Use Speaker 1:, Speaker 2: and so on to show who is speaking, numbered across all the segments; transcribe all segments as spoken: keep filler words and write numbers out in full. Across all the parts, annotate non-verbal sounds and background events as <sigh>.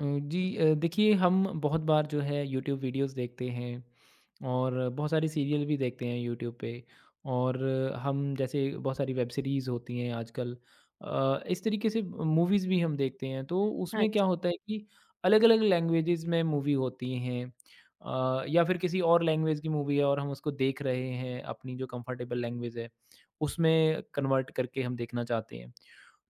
Speaker 1: अ, जी अ, देखिए, हम बहुत बार जो है यूट्यूब वीडियोस देखते हैं और बहुत सारी सीरियल भी देखते हैं यूट्यूब पे। और हम जैसे बहुत सारी वेब सीरीज़ होती हैं आजकल, अ, इस तरीके से मूवीज़ भी हम देखते हैं। तो
Speaker 2: हाँ
Speaker 1: उसमें क्या
Speaker 2: जी,
Speaker 1: होता है कि अलग अलग लैंग्वेजेस में मूवी होती हैं, अ, या फिर किसी और लैंग्वेज की मूवी है और हम उसको देख रहे हैं अपनी जो कंफर्टेबल लैंग्वेज है उसमें कन्वर्ट करके हम देखना चाहते हैं।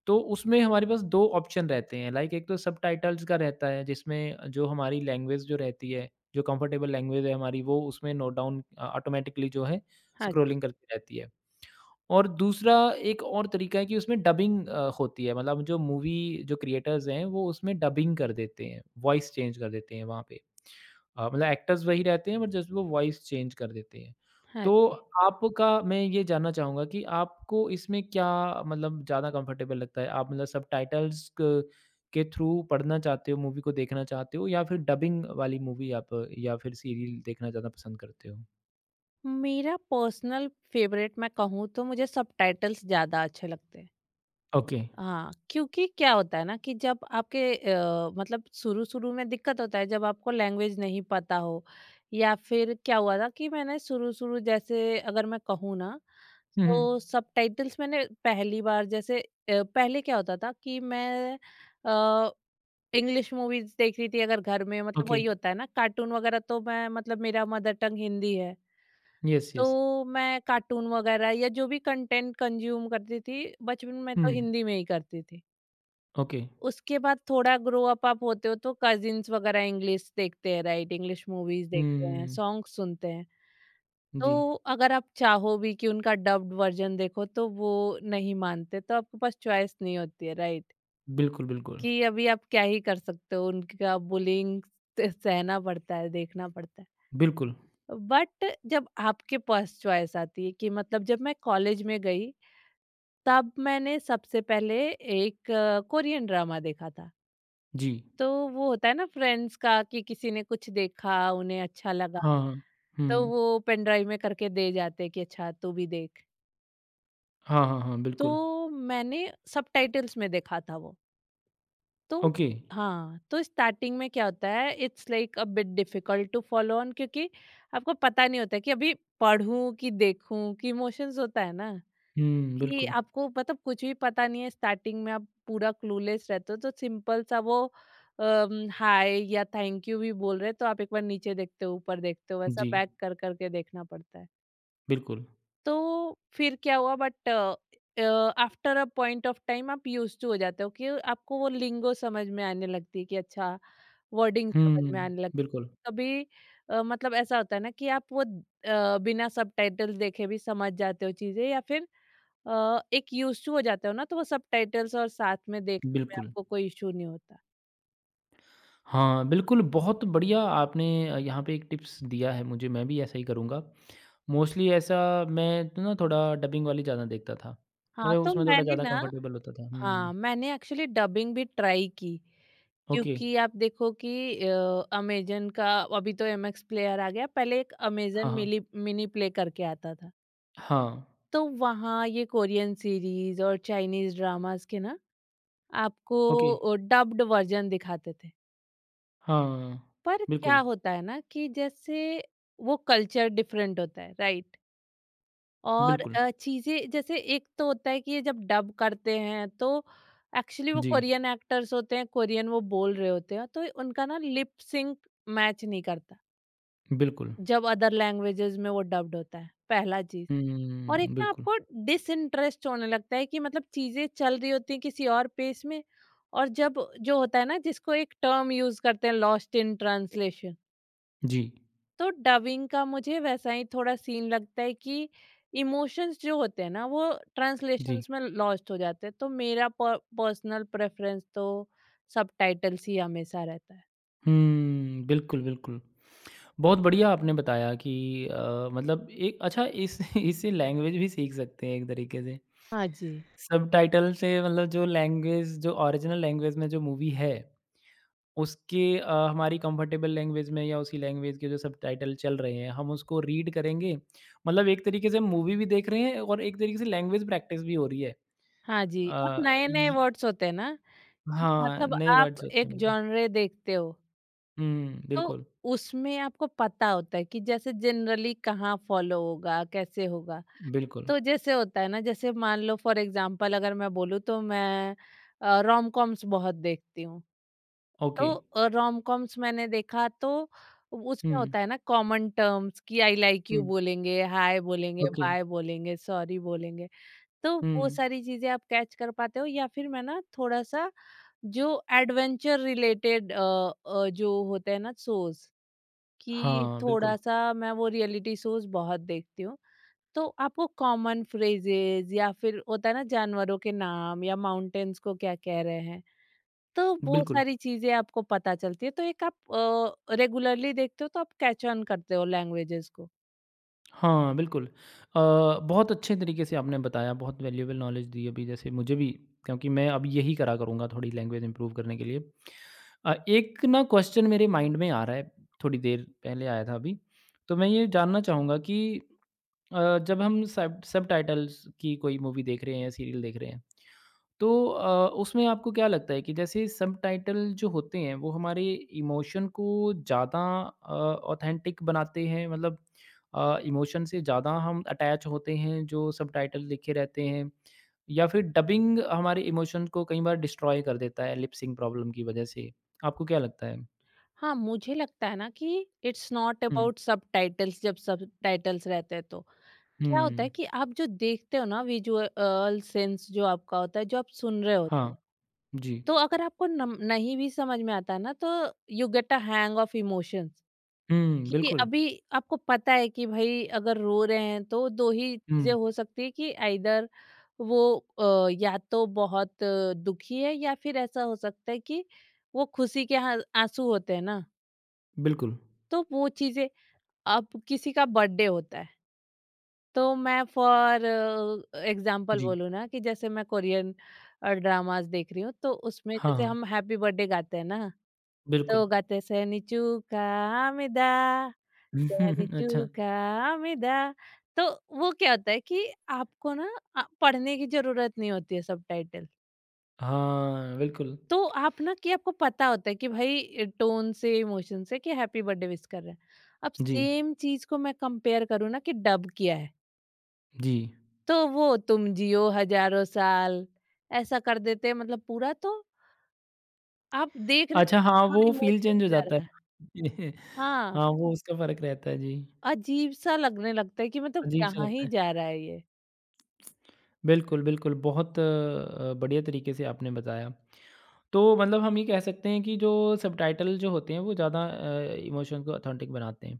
Speaker 1: तो उसमें हमारे पास दो ऑप्शन रहते हैं, लाइक एक तो सबटाइटल्स का रहता है, जिसमें जो हमारी लैंग्वेज जो रहती है, जो कंफर्टेबल लैंग्वेज है हमारी, वो उसमें नोट डाउन अ, ऑटोमैटिकली जो है
Speaker 2: हाँ जी,
Speaker 1: स्क्रॉलिंग करती रहती है। और दूसरा एक और तरीका है कि उसमें डबिंग अ, होती है, मतलब जो मूवी जो क्रिएटर्स हैं, वो उसमें डबिंग कर देते हैं, वॉइस चेंज कर देते हैं वहाँ पे। अ, मतलब एक्टर्स वही रहते हैं बट जस्ट वो वॉइस चेंज कर देते हैं।
Speaker 2: हाँ
Speaker 1: तो
Speaker 2: जी।
Speaker 1: आपका मैं ये जानना चाहूँगा कि आपको इसमें क्या मतलब ज़्यादा कंफर्टेबल लगता है? आप मतलब सबटाइटल्स क के थ्रू पढ़ना चाहते हो, मूवी को देखना चाहते हो या फिर डबिंग वाली मूवी आप या फिर सीरियल देखना ज़्यादा पसंद करते हो?
Speaker 2: मेरा पर्सनल फेवरेट मैं कहूँ तो मुझे सबटाइटल्स ज़्यादा अच्छे लगते हैं।
Speaker 1: ओके।
Speaker 2: हाँ, क्योंकि क्या होता है ना कि जब आपके अ, मतलब शुरू-शुरू में दिक्कत होता है जब आपको लैंग्वेज नहीं पता हो, या फिर क्या हुआ था कि मैंने शुरू-शुरू जैसे अगर मैं कहूँ ना,
Speaker 1: हुँ, हुँ।
Speaker 2: तो सबटाइटल्स मैंने पहली बार जैसे अ, पहले क्या होता था कि मैं अ, इंग्लिश मूवीज़ देख रही थी, अगर घर में, मतलब
Speaker 1: ओके।
Speaker 2: वही होता है ना कार्टून वगैरह, तो मैं मतलब मेरा मदर टंग हिंदी है।
Speaker 1: Yes, yes.
Speaker 2: तो मैं कार्टून वगैरह या जो भी कंटेंट कंज्यूम करती थी, बचपन में
Speaker 1: हुँ,
Speaker 2: तो हिंदी में ही करती थी।
Speaker 1: ओके।
Speaker 2: उसके बाद थोड़ा ग्रो अप आप होते हो तो कज़िन्स वगैरह इंग्लिश देखते हैं, राइट? इंग्लिश मूवीज़ देखते हैं,
Speaker 1: हुँ,
Speaker 2: सॉन्ग्स सुनते हैं।
Speaker 1: जी।
Speaker 2: तो अगर आप चाहो भी कि उनका डब्ड वर्ज़न देखो तो वो नहीं मानते, तो आपके पास चॉइस नहीं होती है, राइट?
Speaker 1: बिल्कुल, बिल्कुल।
Speaker 2: कि अभी आप क्या ही कर सकते हो, उनका बुलिंग त सहना पड़ता है, देखना पड़ता है।
Speaker 1: बिल्कुल,
Speaker 2: बट जब आपके पास चॉइस आती है, कि मतलब जब मैं कॉलेज में गई, तब मैंने सबसे पहले एक अ, कोरियन ड्रामा देखा था।
Speaker 1: जी।
Speaker 2: तो वो होता है ना फ्रेंड्स का, कि किसी ने कुछ देखा उन्हें अच्छा लगा,
Speaker 1: हाँ, हाँ।
Speaker 2: तो
Speaker 1: हुँ।
Speaker 2: वो पेन ड्राइव में करके दे जाते कि अच्छा तू भी देख।
Speaker 1: हाँ, हाँ, हाँ, बिल्कुल।
Speaker 2: तो मैंने सबटाइटल्स में देखा था वो। तो
Speaker 1: ओके।
Speaker 2: हाँ, तो स्टार्टिंग में क्या होता है, it's like a bit difficult to follow on, क्योंकि आपको पता नहीं होता कि अभी पढ़ूँ कि देखूँ, कि इमोशंस होता है ना,
Speaker 1: हुँ,
Speaker 2: कि
Speaker 1: बिल्कुल।
Speaker 2: आपको मतलब कुछ भी पता नहीं है, स्टार्टिंग में आप पूरा क्लूलेस रहते हो, तो सिंपल सा वो अम, हाय या थैंक यू भी बोल रहे हैं, तो आप एक बार नीचे देखते हो, ऊपर देखते हो, वैसा
Speaker 1: जी,
Speaker 2: बैक कर-कर के देखना पड़ता है।
Speaker 1: बिल्कुल।
Speaker 2: तो फिर क्या हुआ, but after a point of time आप यूज्ड टू हो जाते हो, कि आपको वो लिंगो समझ में आने लगती है, कि अच्छा वर्डिंग समझ
Speaker 1: हुँ,
Speaker 2: में आने लगती
Speaker 1: बिल्कुल,
Speaker 2: है कभी। अ, मतलब ऐसा होता है ना कि आप वो अ, बिना सबटाइटल्स देखे भी समझ जाते हो चीजें, या फिर अ, एक यूज टू हो जाते हो ना, तो वो सबटाइटल्स और साथ में देखने में
Speaker 1: बिल्कुल।
Speaker 2: आपको कोई इशू नहीं होता।
Speaker 1: हाँ, बिल्कुल बहुत बढ़िया आपने अ, यहाँ पे एक टिप्स दिया है मुझे, मैं भी ऐसा ही करूँगा। मोस्टली ऐसा मैं तो ना थोड़ा डबिंग वाली ज़्यादा देखता था,
Speaker 2: हाँ।
Speaker 1: मतलब
Speaker 2: तो
Speaker 1: उसमें थोड़ा
Speaker 2: मैंने
Speaker 1: ज़्यादा
Speaker 2: ना
Speaker 1: कंफर्टेबल होता था।
Speaker 2: हाँ,
Speaker 1: हुँ,
Speaker 2: मैंने एक्चुअली डबिंग भी ट्राई की,
Speaker 1: ओके।
Speaker 2: क्योंकि आप देखो कि अ, अमेज़न का अभी तो एमएक्स प्लेयर आ गया, पहले एक
Speaker 1: हाँ,
Speaker 2: अमेज़न
Speaker 1: हाँ।
Speaker 2: मिली मिनी प्ले करके आता था।
Speaker 1: हाँ,
Speaker 2: तो वहाँ ये कोरियन सीरीज़ और चाइनीज़ ड्रामास के ना आपको
Speaker 1: ओके।
Speaker 2: अ, डब्ड वर्ज़न दिखाते थे।
Speaker 1: हाँ,
Speaker 2: पर क्या
Speaker 1: बिल्कुल,
Speaker 2: होता है ना कि जैसे वो कल्चर डिफरेंट होता है, राइट? और
Speaker 1: बिल्कुल।
Speaker 2: अ, चीज़ें जैसे एक तो होता है कि ये जब डब करते हैं, तो एक्चुअली वो
Speaker 1: जी,
Speaker 2: कोरियन एक्टर्स होते हैं, कोरियन वो बोल रहे होते हैं, तो उनका ना लिप सिंक मैच नहीं करता,
Speaker 1: बिल्कुल।
Speaker 2: जब अदर लैंग्वेजेस में वो डब्ड होता है, पहला चीज़। और एक
Speaker 1: हुँ,
Speaker 2: ना
Speaker 1: बिल्कुल।
Speaker 2: आपको डिसइंटरेस्ट होने लगता है, कि मतलब चीज़ें चल रही होती हैं किसी और पेस में, और जब जो होता है ना जिसको एक टर्म यूज़ करते हैं, लॉस्ट इन ट्रांसलेशन,
Speaker 1: जी,
Speaker 2: तो डबिंग का मुझे वैसा ही थोड़ा सीन लगता है, कि इमोशंस जो होते हैं ना, वो
Speaker 1: जी।
Speaker 2: ट्रांसलेशंस में लॉस्ट हो जाते हैं, तो मेरा पर्सनल प्रेफरेंस तो सबटाइटल्स ही हमेशा रहता है।
Speaker 1: हुँ, बिल्कुल, बिल्कुल। बहुत बढ़िया आपने बताया कि अ, मतलब एक अच्छा इस <laughs> इससे लैंग्वेज भी सीख सकते हैं एक तरीके से।
Speaker 2: हाँ जी।
Speaker 1: सबटाइटल से मतलब जो लैंग्वेज जो ओरिजिनल लैंग्वेज में जो मूवी है, उसके अ, हमारी कंफर्टेबल लैंग्वेज में या उसी लैंग्वेज के जो सबटाइटल चल रहे हैं, हम उसको रीड करेंगे। मतलब एक तरीके से मूवी भी देख रहे हैं और एक तरीके से लैंग्वेज प्रैक्टिस भी हो रही है।
Speaker 2: हाँ जी, और
Speaker 1: अ,
Speaker 2: नए-नए
Speaker 1: इ
Speaker 2: वर्ड्स होते हैं ना, कि
Speaker 1: हाँ,
Speaker 2: मतलब
Speaker 1: नए
Speaker 2: आप
Speaker 1: वर्ड्स होते हैं,
Speaker 2: एक
Speaker 1: बिल्कुल।
Speaker 2: जॉनरे देखते हो,
Speaker 1: हुँ,
Speaker 2: तो
Speaker 1: बिल्कुल,
Speaker 2: उसमें आपको पता होता है कि जैसे जनरली कहाँ फॉलो होगा, कैसे होगा।
Speaker 1: बिल्कुल।
Speaker 2: तो जैसे होता है ना, जैसे मान लो फॉर एग्जांपल अगर मैं बोलूँ, तो मैं अ, रोम-कॉम्स बहुत देखती हूँ।
Speaker 1: ओके।
Speaker 2: तो रोम कॉम्स मैंने देखा, तो
Speaker 1: हुँ,
Speaker 2: उसमें होता है ना कॉमन टर्म्स, कि आई लाइक यू
Speaker 1: हुँ,
Speaker 2: बोलेंगे, हाय बोलेंगे,
Speaker 1: ओके।
Speaker 2: बाय बोलेंगे, सॉरी बोलेंगे। तो
Speaker 1: हुँ।
Speaker 2: वो सारी चीज़ें आप कैच कर पाते हो, या फिर मैं ना थोड़ा-सा, जो एडवेंचर रिलेटेड अ अ, जो होते हैं ना शोज़, कि
Speaker 1: हाँ, बिल्कुल,
Speaker 2: थोड़ा-सा मैं वो रियलिटी शोज़ बहुत देखती हूँ। तो आपको कॉमन फ्रेजेज़, या फिर होता है ना जानवरों के नाम, या माउंटेन्स को क्या कह रहे हैं, तो वो
Speaker 1: बिल्कुल।
Speaker 2: सारी चीज़ें आपको पता चलती है, तो एक आप अ, रेगुलरली देखते हो, तो आप कैच ऑन करते हो लैंग्वेजेस को।
Speaker 1: हाँ, बिल्कुल। अ, बहुत अच्छे तरीके से आपने बताया, बहुत वैल्यूएबल नॉलेज दी अभी जैसे मुझे भी, क्योंकि मैं अब यही करा करूँगा थोड़ी लैंग्वेज इंप्रूव करने के लिए। अ, एक ना क्वेश्चन मेरे माइंड में आ रहा है, थोड़ी देर पहले आया था अभी। तो मैं ये जानना चाहूँगा कि अ, जब हम सब सबटाइटल्स की कोई मूवी देख रहे हैं या सीरियल देख रहे हैं, तो अ, उसमें आपको क्या लगता है कि जैसे सबटाइटल जो होते हैं वो हमारे इमोशन को ज़्यादा ऑथेंटिक बनाते हैं, मतलब इमोशन से ज़्यादा हम अटैच होते हैं जो सबटाइटल लिखे रहते हैं, या फिर डबिंग हमारे इमोशन को कई बार डिस्ट्रॉय कर देता है लिपसिंग प्रॉब्लम की वजह से? आपको क्या लगता है?
Speaker 2: हाँ, मुझे लगता है ना कि it's not
Speaker 1: hmm,
Speaker 2: about subtitles जब सबटाइटल्स रहते हैं तो। क्या होता है
Speaker 1: हुँ,
Speaker 2: कि आप जो देखते हो ना, विजुअल सेंस जो आपका होता है, जो आप सुन रहे होते
Speaker 1: हाँ,
Speaker 2: हो,
Speaker 1: जी,
Speaker 2: तो अगर आपको नम नहीं भी समझ में आता है ना, तो you get a hang of emotions.
Speaker 1: हुँ,
Speaker 2: कि
Speaker 1: बिल्कुल,
Speaker 2: अभी आपको पता है कि भाई अगर रो रहे हैं, तो दो ही
Speaker 1: हुँ,
Speaker 2: चीजें हो सकती है, कि आइदर वो अ, या तो बहुत अ, दुखी है, या फिर ऐसा हो सकता है कि वो खुशी के हा- आंसू होते हैं ना,
Speaker 1: बिल्कुल,
Speaker 2: तो वो चीजें। अब किसी का बर्थडे होता है, तो मैं फॉर एग्जांपल
Speaker 1: जी,
Speaker 2: बोलूँ ना, कि जैसे मैं कोरियन ड्रामास देख रही हूँ, तो उसमें
Speaker 1: हाँ,
Speaker 2: जैसे
Speaker 1: हाँ,
Speaker 2: हम हैप्पी बर्थडे गाते हैं ना,
Speaker 1: बिल्कुल,
Speaker 2: तो गाते हैं "सेनिचू का आमिदा, सैनिक
Speaker 1: <laughs>
Speaker 2: चू
Speaker 1: अच्छा,
Speaker 2: का आमिदा"। तो वो क्या होता है कि आपको ना आ, पढ़ने की जरूरत नहीं होती है सबटाइटल,
Speaker 1: हाँ, बिल्कुल।
Speaker 2: तो आप ना, कि आपको पता होता है कि भाई टोन से, इमोशन से, कि हैप्पी बर्थडे विश कर रहे हैं। अब
Speaker 1: जी,
Speaker 2: सेम चीज को मैं कंपेयर करूँ ना कि डब किया है,
Speaker 1: जी।
Speaker 2: तो वो तुम जियो हजारों साल ऐसा कर देते हैं, मतलब पूरा, तो आप देख रहे हो
Speaker 1: अच्छा हाँ,
Speaker 2: कहाँ
Speaker 1: वो फ़ील चेंज
Speaker 2: इमोशन
Speaker 1: हो
Speaker 2: जा
Speaker 1: जाता है।
Speaker 2: रहा है।
Speaker 1: <laughs>
Speaker 2: हाँ,
Speaker 1: हाँ, वो उसका फ़र्क रहता है, जी।
Speaker 2: अजीब सा लगने लगता है कि मतलब
Speaker 1: अजीब-सा
Speaker 2: कहाँ
Speaker 1: लगता
Speaker 2: ही
Speaker 1: है।
Speaker 2: जा रहा है ये।
Speaker 1: बिल्कुल, बिल्कुल, बहुत अ, बढ़िया तरीके से आपने बताया। तो मतलब हम ये कह सकते हैं कि जो सबटाइटल जो होते हैं, वो ज़्यादा अ, इमोशन को ऑथेंटिक बनाते हैं।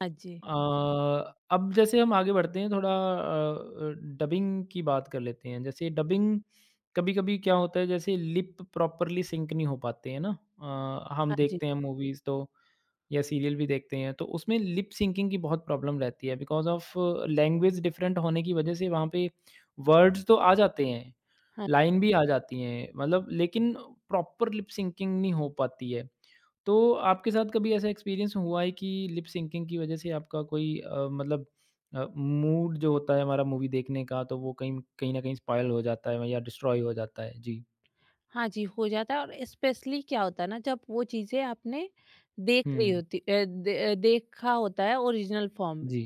Speaker 2: हाँ जी।
Speaker 1: अ, अब जैसे हम आगे बढ़ते हैं, थोड़ा अ अ, डबिंग की बात कर लेते हैं। जैसे डबिंग कभी-कभी क्या होता है, जैसे लिप प्रॉपरली सिंक नहीं हो पाते हैं ना। अ, हम
Speaker 2: हाँ जी।
Speaker 1: देखते हैं मूवीज़ तो या सीरियल भी देखते हैं, तो उसमें लिप सिंकिंग की बहुत प्रॉब्लम रहती है बिकॉज़ ऑफ लैंग्वेज डिफरेंट होने की वजह से। वहाँ पे वर्ड्स तो आ जाते हैं,
Speaker 2: हाँ।
Speaker 1: लाइन भी आ जाती हैं मतलब, लेकिन प्रॉपर लिप सिंकिंग नहीं हो पाती है। तो आपके साथ कभी ऐसा एक्सपीरियंस हुआ है कि लिप सिंकिंग की वजह से आपका कोई अ, मतलब अ, मूड जो होता है हमारा मूवी देखने का, तो वो कहीं कहीं न कहीं स्पॉइल हो जाता है या डिस्ट्रॉय हो जाता है? जी।
Speaker 2: हाँ जी, हो जाता है, और स्पेशली क्या होता है ना, जब वो चीज़ें आपने देख ली
Speaker 1: हुँ,
Speaker 2: होती अ, दे अ, देखा होता है ओरिजिनल फॉर्म में।
Speaker 1: जी।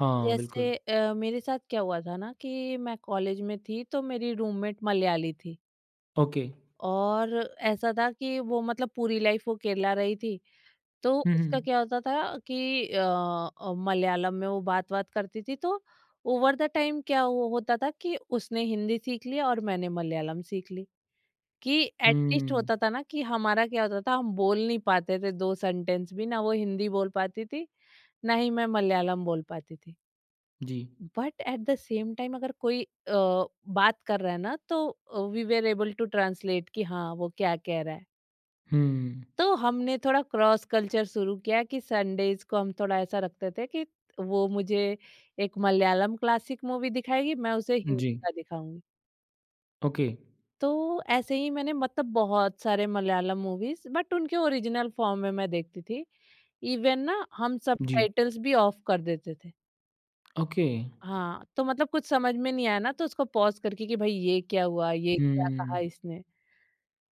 Speaker 1: हाँ, बिल्कुल।
Speaker 2: जैसे अ, मेरे साथ क्या हुआ था ना कि मैं कॉलेज में थी, तो मेरी रूममेट मलयाली थी,
Speaker 1: ओके।
Speaker 2: और ऐसा था कि वो मतलब पूरी लाइफ वो केरला रही थी। तो
Speaker 1: हुँ,
Speaker 2: उसका
Speaker 1: हुँ।
Speaker 2: क्या होता था कि अ अ, मलयालम में वो बात-वात करती थी, तो ओवर द टाइम क्या वो होता था कि उसने हिंदी सीख लिया और मैंने मलयालम सीख ली। कि
Speaker 1: हुँ,
Speaker 2: एटलीस्ट होता था ना कि हमारा क्या होता था, हम बोल नहीं पाते थे दो सेंटेंस भी ना, वो हिंदी बोल पाती थी, ना ही मैं मलयालम बोल पाती थी।
Speaker 1: जी।
Speaker 2: But at the same time अगर कोई अ, बात कर रहा है ना, तो we were able to translate कि हाँ वो क्या कह रहा है।
Speaker 1: हुँ।
Speaker 2: तो हमने थोड़ा क्रॉस कल्चर शुरू किया कि संडेज को हम थोड़ा ऐसा रखते थे कि वो मुझे एक मलयालम क्लासिक मूवी दिखाएगी, मैं उसे हिंदी
Speaker 1: जी,
Speaker 2: का दिखाऊंगी।
Speaker 1: ओके।
Speaker 2: तो ऐसे ही मैंने मतलब बहुत सारे मलयालम मूवीज बट उनके ओरिजिनल फॉर्म में मैं देखती थी। इवन ना हम
Speaker 1: जी,
Speaker 2: सबटाइटल्स भी ऑफ कर देते थे।
Speaker 1: ओके।
Speaker 2: हाँ, तो मतलब कुछ समझ में नहीं आया ना, तो उसको पॉज़ करके, कि भाई ये क्या हुआ? ये क्या
Speaker 1: हुँ,
Speaker 2: कहा इसने?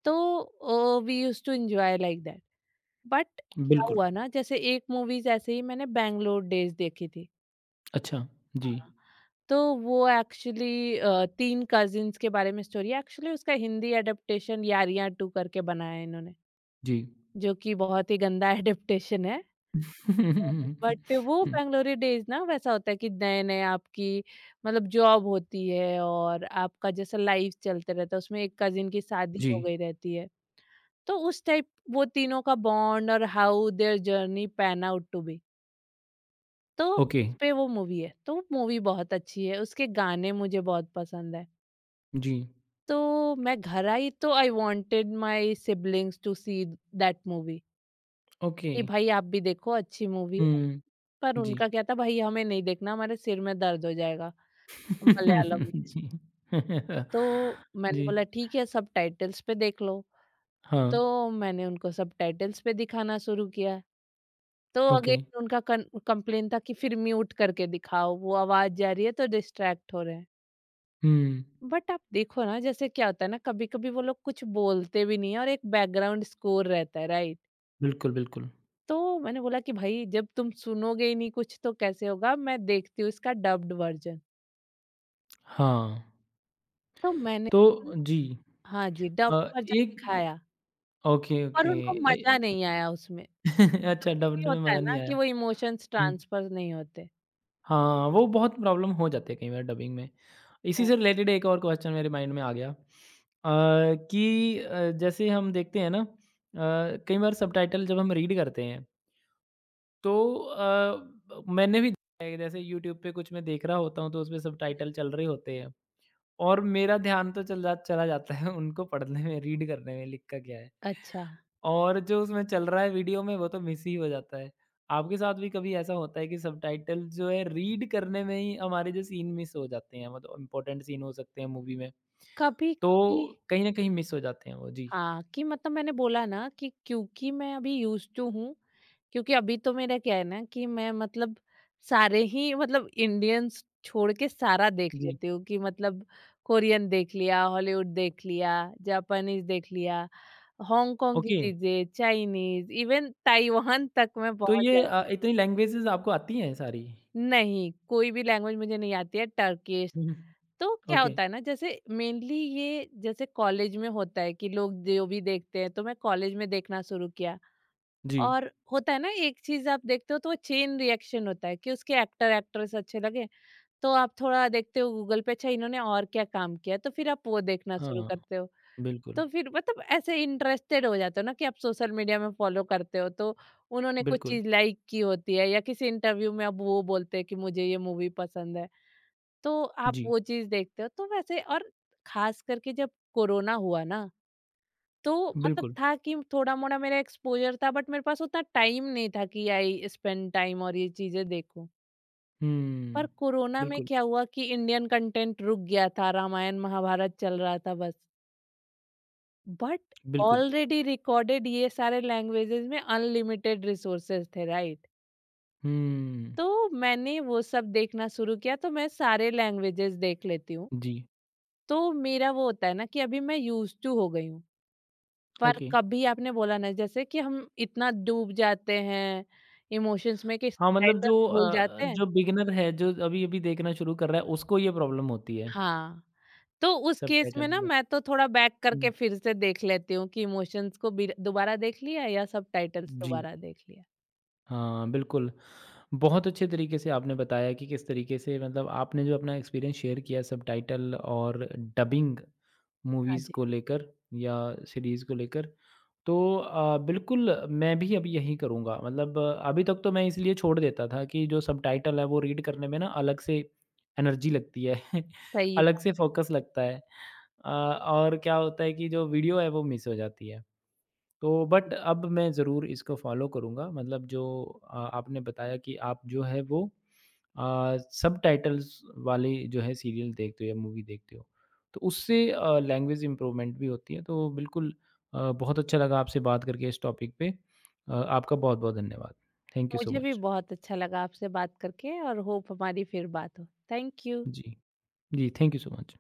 Speaker 2: तो oh we used to enjoy like that. But क्या
Speaker 1: बिल्कुल।
Speaker 2: हुआ ना जैसे एक मूवीज़ ऐसे ही मैंने बैंगलोर डेज़ देखी थी।
Speaker 1: अच्छा, जी,
Speaker 2: तो वो एक्चुअली अ, तीन कज़िन्स के बारे में स्टोरी है। एक्चुअली उसका हिंदी एडप्टेशन यारियाँ टू करके बनाया है इन्होंने,
Speaker 1: जी।
Speaker 2: जो कि बहुत ही गंदा <laughs> एडैप्टेशन है।
Speaker 1: <laughs>
Speaker 2: बट वो
Speaker 1: हुँ,
Speaker 2: बैंगलोरी डेज़ ना वैसा होता है कि नए-नए आपकी मतलब जॉब होती है और आपका जैसा लाइफ चलते रहता है, उसमें एक कज़िन की शादी हो
Speaker 1: जी,
Speaker 2: गई रहती है। तो उस टाइप वो तीनों का बॉन्ड, और how their journey pan out to be. तो
Speaker 1: ओके,
Speaker 2: उसपे वो मूवी है, तो मूवी बहुत अच्छी है, उसके गाने मुझे बहुत पसंद है।
Speaker 1: जी,
Speaker 2: तो मैं घर आई, तो I wanted my siblings to see that movie,
Speaker 1: okay.
Speaker 2: कि भाई आप भी देखो अच्छी मूवी है।
Speaker 1: हुँ,
Speaker 2: पर
Speaker 1: जी।
Speaker 2: उनका क्या था, भाई हमें नहीं देखना, हमारे सिर में दर्द हो जाएगा मलयालम
Speaker 1: <laughs>
Speaker 2: में।
Speaker 1: जी। <laughs>
Speaker 2: तो मैंने
Speaker 1: जी,
Speaker 2: बोला ठीक है, सबटाइटल्स पे देख लो।
Speaker 1: हाँ,
Speaker 2: तो मैंने उनको सबटाइटल्स पे दिखाना शुरू किया। तो
Speaker 1: ओके।
Speaker 2: अगेन उनका कन कंप्लेन था कि फिर म्यूट करके दिखाओ, वो आवाज़ जा रही है तो डिस्ट्रैक्ट हो रहे हैं।
Speaker 1: हुँ,
Speaker 2: बट आप देखो ना, जैसे क्या होता है ना, कभी-कभी वो लोग कुछ बोलते भी नहीं है, और एक बैकग्राउंड स्कोर रहता है, राइट?
Speaker 1: बिल्कुल, बिल्कुल।
Speaker 2: तो मैंने बोला कि भाई जब तुम सुनोगे ही नहीं कुछ, तो कैसे होगा? मैं देखती हूँ इसका डब्ड वर्जन।
Speaker 1: हाँ,
Speaker 2: तो मैंने,
Speaker 1: तो जी
Speaker 2: हाँ जी, डब
Speaker 1: अ,
Speaker 2: वर्ज़न
Speaker 1: एक
Speaker 2: दिखाया,
Speaker 1: ओके,
Speaker 2: पर
Speaker 1: ओके।
Speaker 2: उनको मज़ा
Speaker 1: ए
Speaker 2: नहीं आया उसमें।
Speaker 1: <laughs>
Speaker 2: मतलब
Speaker 1: अच्छा, डब्ड
Speaker 2: क्योंकि
Speaker 1: में
Speaker 2: होता है
Speaker 1: मज़ा
Speaker 2: ना
Speaker 1: नहीं
Speaker 2: कि
Speaker 1: आया।
Speaker 2: वो इमोशंस
Speaker 1: हुँ।
Speaker 2: ट्रांसफ़र नहीं होते।
Speaker 1: हाँ, वो बहुत प्रॉब्लम हो जाती है कई बार डबिंग में। इसी
Speaker 2: हाँ।
Speaker 1: से रिलेटेड एक और क्वेश्चन मेरे माइंड में आ गया, अ, कि अ, जैसे हम देखते हैं ना, अ, कई बार सबटाइटल जब हम रीड करते हैं तो अ, मैंने भी देखा है जैसे यूट्यूब पे कुछ मैं देख रहा होता हूँ तो उसमें
Speaker 2: हाँ
Speaker 1: सबटाइटल
Speaker 2: जी।
Speaker 1: चल रहे होते हैं और मेरा ध्यान तो चल जा चला जाता है <laughs> उनको पढ़ने में, रीड करने में लिखा क्या है।
Speaker 2: अच्छा,
Speaker 1: और जो उसमें चल रहा है वीडियो में वो तो मिस ही हो जाता है। आपके साथ भी कभी ऐसा होता है कि सबटाइटल जो है रीड करने में ही हमारे जो सीन मिस हो जाते हैं, मतलब इम्पोर्टेंट सीन हो सकते हैं मूवी में? तो
Speaker 2: कभी-कभी।
Speaker 1: कहीं न कहीं मिस हो जाते हैं वो। जी,
Speaker 2: हाँ, कि मतलब मैंने बोला ना कि क्योंकि मैं अभी यूज्ड टू हूँ, क्योंकि अभी तो मेरा क्या है ना कि मैं मतलब सारे ही, मतलब इंडियंस छोड़ के सारा देख
Speaker 1: जी।
Speaker 2: लेती हूँ, कि मतलब कोरियन देख लिया, हॉलीवुड देख लिया, जापानीज़ देख लिया, हांगकांग की
Speaker 1: ओके,
Speaker 2: चीज़ें, चाइनीज़, इवन ताइवान तक मैं
Speaker 1: तो
Speaker 2: पहुँच
Speaker 1: ये अ,
Speaker 2: जाती हूँ।
Speaker 1: इतनी लैंग्वेजेज़ आपको आती हैं सारी?
Speaker 2: नहीं, कोई भी लैंग्वेज मुझे नहीं आती है, टर्किश।
Speaker 1: हुँ, हुँ।
Speaker 2: तो क्या
Speaker 1: ओके।
Speaker 2: होता है ना, जैसे मेनली ये जैसे कॉलेज में होता है कि लोग जो भी देखते हैं, तो मैं कॉलेज में देखना शुरू किया।
Speaker 1: जी।
Speaker 2: और होता है ना, एक चीज आप देखते हो तो चेन रिएक्शन होता है कि उसके एक्टर एक्ट्रेस अच्छे लगे, तो आप थोड़ा देखते हो गूगल पे, अच्छा इन्होंने और क्या काम किया, तो फिर आप वो देखना शुरू
Speaker 1: हाँ,
Speaker 2: करते हो।
Speaker 1: बिल्कुल,
Speaker 2: तो फिर मतलब ऐसे इंटरेस्टेड हो जाते हो ना, कि आप सोशल मीडिया में फॉलो करते हो, तो उन्होंने कुछ
Speaker 1: बिल्कुल।
Speaker 2: चीज लाइक की होती है, या किसी इंटरव्यू में अब वो बोलते हैं कि मुझे ये मूवी पसंद है, तो आप
Speaker 1: जी,
Speaker 2: वो चीज़ देखते हो। तो वैसे, और ख़ास करके जब कोरोना हुआ ना, तो मतलब
Speaker 1: बिल्कुल।
Speaker 2: था कि थोड़ा-मोड़ा मेरा एक्सपोज़र था, बट मेरे पास उतना टाइम नहीं था कि आई स्पेंड टाइम और ये चीज़ें देखूँ। पर
Speaker 1: हुँ।
Speaker 2: कोरोना में
Speaker 1: बिल्कुल,
Speaker 2: क्या हुआ कि इंडियन कंटेंट रुक गया था, रामायण, महाभारत चल रहा था बस। बट
Speaker 1: बिल्कुल।
Speaker 2: ऑलरेडी रिकॉर्डेड ये सारे लैंग्वेजेज़ में अनलिमिटेड रिसोर्सेज़ थे, राइट?
Speaker 1: हुँ।
Speaker 2: तो मैंने वो सब देखना शुरू किया, तो मैं सारे लैंग्वेजेज़ देख लेती हूँ।
Speaker 1: जी,
Speaker 2: तो मेरा वो होता है ना कि अभी मैं यूज्ड टू हो गई हूँ। पर
Speaker 1: ओके।
Speaker 2: कभी आपने बोला ना जैसे कि हम इतना डूब जाते हैं इमोशंस में कि
Speaker 1: हाँ, मतलब जो
Speaker 2: सबटाइटल्स भूल
Speaker 1: अ,
Speaker 2: जाते हैं।
Speaker 1: जो बिगिनर है, जो अभी-अभी देखना शुरू कर रहा है, उसको ये प्रॉब्लम होती है,
Speaker 2: हाँ, तो उस केस
Speaker 1: सबटाइटल
Speaker 2: में
Speaker 1: के
Speaker 2: ना
Speaker 1: साथ।
Speaker 2: मैं तो थोड़ा बैक
Speaker 1: हुँ,
Speaker 2: करके फिर से देख लेती हूँ, कि इमोशंस को बिर दोबारा देख लिया या सबटाइटल्स
Speaker 1: जी।
Speaker 2: दोबारा देख लिया।
Speaker 1: हाँ, बिल्कुल। बहुत अच्छे तरीके से आपने बताया कि किस तरीके से, मतलब आपने जो अपना एक्सपीरियंस शेयर किया सबटाइटल और डबिंग
Speaker 2: हाँ
Speaker 1: मूवीज़
Speaker 2: जी,
Speaker 1: को लेकर या सीरीज़ को लेकर। तो अ, बिल्कुल मैं भी अब यही करूँगा, मतलब अ, अभी तक तो मैं इसलिए छोड़ देता था कि जो सबटाइटल है वो रीड करने में ना अलग से एनर्जी लगती है, <laughs>
Speaker 2: सही
Speaker 1: अलग
Speaker 2: बात
Speaker 1: से फ़ोकस लगता है। अ, और क्या होता है कि जो वीडियो है वो मिस हो जाती है। तो बट
Speaker 2: है।
Speaker 1: अब मैं ज़रूर इसको फ़ॉलो करूँगा, मतलब जो अ, आपने बताया कि आप जो है वो अ, सबटाइटल्स वाली जो है सीरियल देखते हो या मूवी देखते हो, तो उससे लैंग्वेज इम्प्रूवमेंट भी होती है, तो बिल्कुल। अ, बहुत अच्छा लगा आपसे बात करके इस टॉपिक पे। अ, आपका बहुत बहुत धन्यवाद। थैंक यू सो
Speaker 2: मुझे भी
Speaker 1: मच।
Speaker 2: बहुत अच्छा लगा आपसे बात करके, और होप हमारी फिर बात हो। Thank you.
Speaker 1: जी। जी, थैंक यू सो मच।